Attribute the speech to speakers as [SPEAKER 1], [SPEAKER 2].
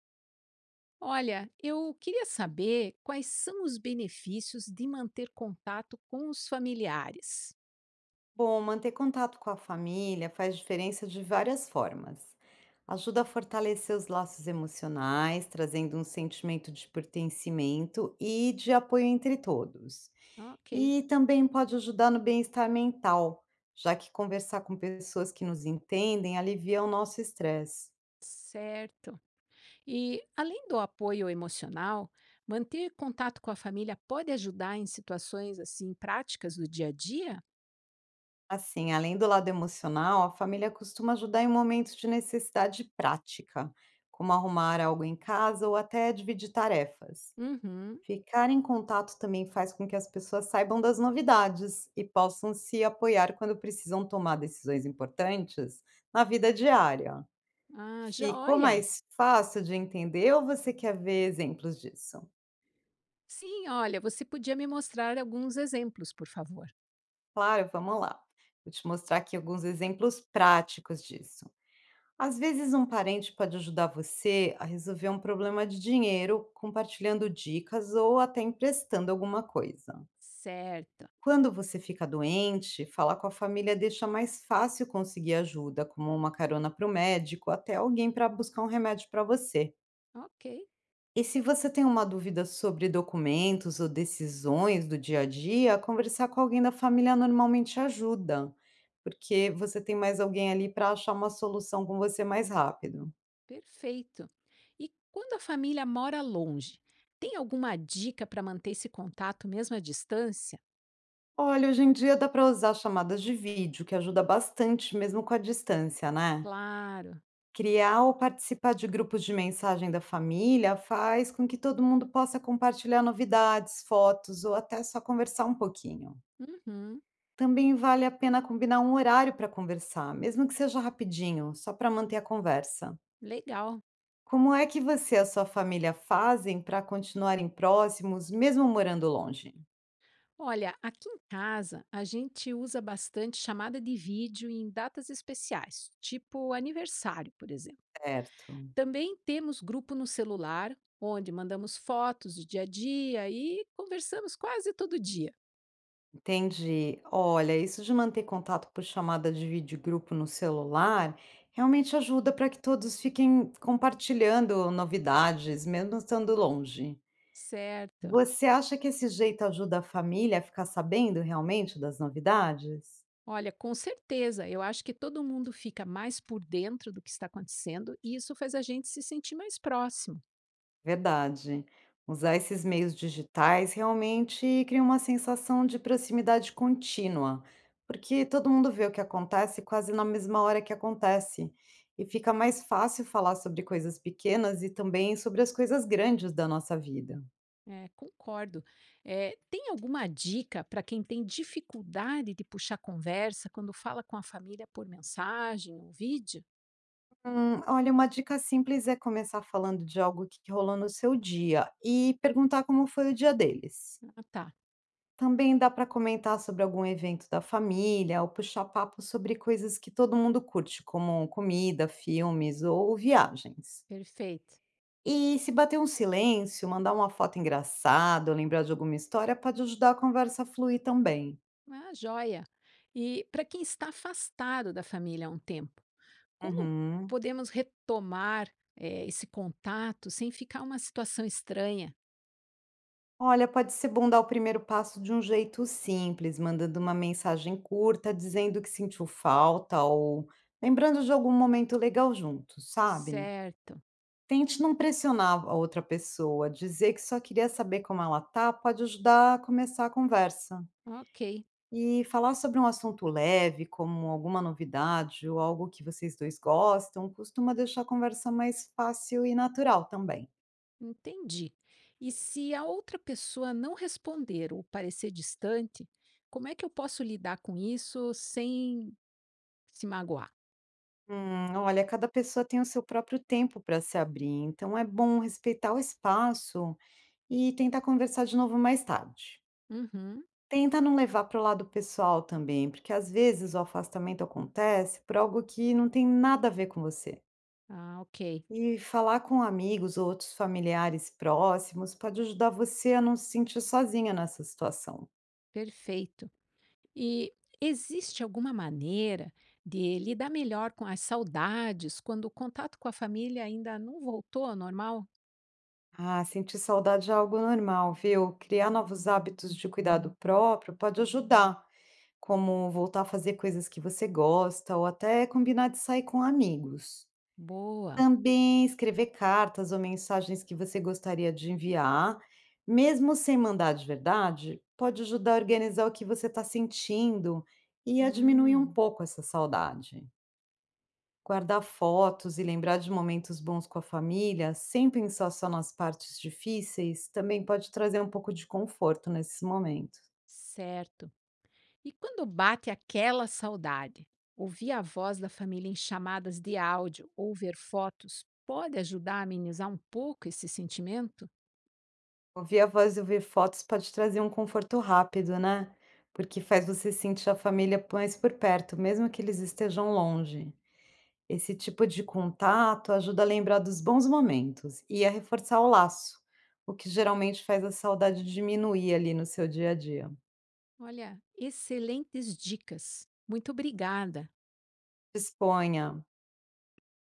[SPEAKER 1] Olha, eu queria saber quais são os benefícios de manter contato com os familiares.
[SPEAKER 2] Bom, manter contato com a família faz diferença de várias formas. Ajuda a fortalecer os laços emocionais, trazendo um sentimento de pertencimento e de apoio entre todos.
[SPEAKER 1] Ok,
[SPEAKER 2] E também pode ajudar no bem-estar mental, já que conversar com pessoas que nos entendem alivia o nosso estresse.
[SPEAKER 1] certo. E além do apoio emocional, manter contato com a família pode ajudar em situações assim práticas do dia a dia?
[SPEAKER 2] Assim, além do lado emocional, a família costuma ajudar em momentos de necessidade prática, como arrumar algo em casa ou até dividir tarefas.
[SPEAKER 1] Uhum.
[SPEAKER 2] Ficar em contato também faz com que as pessoas saibam das novidades e possam se apoiar quando precisam tomar decisões importantes na vida diária.
[SPEAKER 1] Ah,
[SPEAKER 2] Ficou
[SPEAKER 1] joia.
[SPEAKER 2] mais fácil de entender ou você quer ver exemplos disso?
[SPEAKER 1] Sim, olha, você podia me mostrar alguns exemplos, por favor.
[SPEAKER 2] Claro, vamos lá. Vou te mostrar aqui alguns exemplos práticos disso. Às vezes, um parente pode ajudar você a resolver um problema de dinheiro compartilhando dicas ou até emprestando alguma coisa.
[SPEAKER 1] Certo.
[SPEAKER 2] Quando você fica doente, falar com a família deixa mais fácil conseguir ajuda, como uma carona para o médico, até alguém para buscar um remédio para você.
[SPEAKER 1] Ok.
[SPEAKER 2] E se você tem uma dúvida sobre documentos ou decisões do dia a dia, conversar com alguém da família normalmente ajuda, porque você tem mais alguém ali para achar uma solução com você mais rápido.
[SPEAKER 1] Perfeito. E quando a família mora longe, tem alguma dica para manter esse contato mesmo à distância?
[SPEAKER 2] Olha, hoje em dia dá para usar chamadas de vídeo, que ajuda bastante mesmo com a distância, né?
[SPEAKER 1] Claro.
[SPEAKER 2] Criar ou participar de grupos de mensagem da família faz com que todo mundo possa compartilhar novidades, fotos ou até só conversar um pouquinho.
[SPEAKER 1] Uhum,
[SPEAKER 2] Também vale a pena combinar um horário para conversar, mesmo que seja rapidinho, só para manter a conversa.
[SPEAKER 1] legal.
[SPEAKER 2] Como é que você e a sua família fazem para continuarem próximos, mesmo morando longe?
[SPEAKER 1] Olha, aqui em casa a gente usa bastante chamada de vídeo em datas especiais, tipo aniversário, por exemplo.
[SPEAKER 2] Certo.
[SPEAKER 1] Também temos grupo no celular, onde mandamos fotos do dia a dia e conversamos quase todo dia.
[SPEAKER 2] Entendi. Olha, isso de manter contato por chamada de videogrupo no celular realmente ajuda para que todos fiquem compartilhando novidades, mesmo estando longe.
[SPEAKER 1] Certo.
[SPEAKER 2] Você acha que esse jeito ajuda a família a ficar sabendo realmente das novidades?
[SPEAKER 1] Olha, com certeza, eu acho que todo mundo fica mais por dentro do que está acontecendo e isso faz a gente se sentir mais próximo.
[SPEAKER 2] Verdade. Usar esses meios digitais realmente cria uma sensação de proximidade contínua, porque todo mundo vê o que acontece quase na mesma hora que acontece. E fica mais fácil falar sobre coisas pequenas e também sobre as coisas grandes da nossa vida.
[SPEAKER 1] É, concordo. É, tem alguma dica para quem tem dificuldade de puxar conversa quando fala com a família por mensagem ou vídeo?
[SPEAKER 2] Olha, uma dica simples é começar falando de algo que rolou no seu dia e perguntar como foi o dia deles.
[SPEAKER 1] Ah, tá,
[SPEAKER 2] Também dá para comentar sobre algum evento da família ou puxar papo sobre coisas que todo mundo curte, como comida, filmes ou viagens.
[SPEAKER 1] perfeito.
[SPEAKER 2] E se bater um silêncio, mandar uma foto engraçada ou lembrar de alguma história pode ajudar a conversa a fluir também.
[SPEAKER 1] Ah, joia. E para quem está afastado da família há um tempo, como
[SPEAKER 2] Uhum.
[SPEAKER 1] podemos retomar, é, esse contato sem ficar uma situação estranha?
[SPEAKER 2] Olha, pode ser bom dar o primeiro passo de um jeito simples, mandando uma mensagem curta dizendo que sentiu falta ou lembrando de algum momento legal juntos, sabe?
[SPEAKER 1] Certo,
[SPEAKER 2] Tente não pressionar a outra pessoa, dizer que só queria saber como ela tá pode ajudar a começar a conversa.
[SPEAKER 1] ok.
[SPEAKER 2] E falar sobre um assunto leve, como alguma novidade ou algo que vocês dois gostam, costuma deixar a conversa mais fácil e natural também.
[SPEAKER 1] Entendi. E se a outra pessoa não responder ou parecer distante, como é que eu posso lidar com isso sem se magoar?
[SPEAKER 2] Olha, cada pessoa tem o seu próprio tempo para se abrir, então é bom respeitar o espaço e tentar conversar de novo mais tarde.
[SPEAKER 1] Uhum.
[SPEAKER 2] Tenta não levar para o lado pessoal também, porque às vezes o afastamento acontece por algo que não tem nada a ver com você.
[SPEAKER 1] Ah, ok.
[SPEAKER 2] E falar com amigos ou outros familiares próximos pode ajudar você a não se sentir sozinha nessa situação.
[SPEAKER 1] Perfeito. E existe alguma maneira de lidar melhor com as saudades quando o contato com a família ainda não voltou ao normal?
[SPEAKER 2] Ah, sentir saudade é algo normal, viu? Criar novos hábitos de cuidado próprio pode ajudar, como voltar a fazer coisas que você gosta ou até combinar de sair com amigos.
[SPEAKER 1] Boa.
[SPEAKER 2] Também escrever cartas ou mensagens que você gostaria de enviar, mesmo sem mandar de verdade, pode ajudar a organizar o que você está sentindo e a diminuir um
[SPEAKER 1] Hum,
[SPEAKER 2] pouco essa saudade. Guardar fotos e lembrar de momentos bons com a família, sem pensar só nas partes difíceis, também pode trazer um pouco de conforto nesses momentos.
[SPEAKER 1] certo. E quando bate aquela saudade, ouvir a voz da família em chamadas de áudio ou ver fotos pode ajudar a amenizar um pouco esse sentimento?
[SPEAKER 2] Ouvir a voz e ouvir fotos pode trazer um conforto rápido, né? Porque faz você sentir a família mais por perto, mesmo que eles estejam longe. Esse tipo de contato ajuda a lembrar dos bons momentos e a reforçar o laço, o que geralmente faz a saudade diminuir ali no seu dia a dia.
[SPEAKER 1] Olha, excelentes dicas. Muito obrigada.
[SPEAKER 2] Espanha,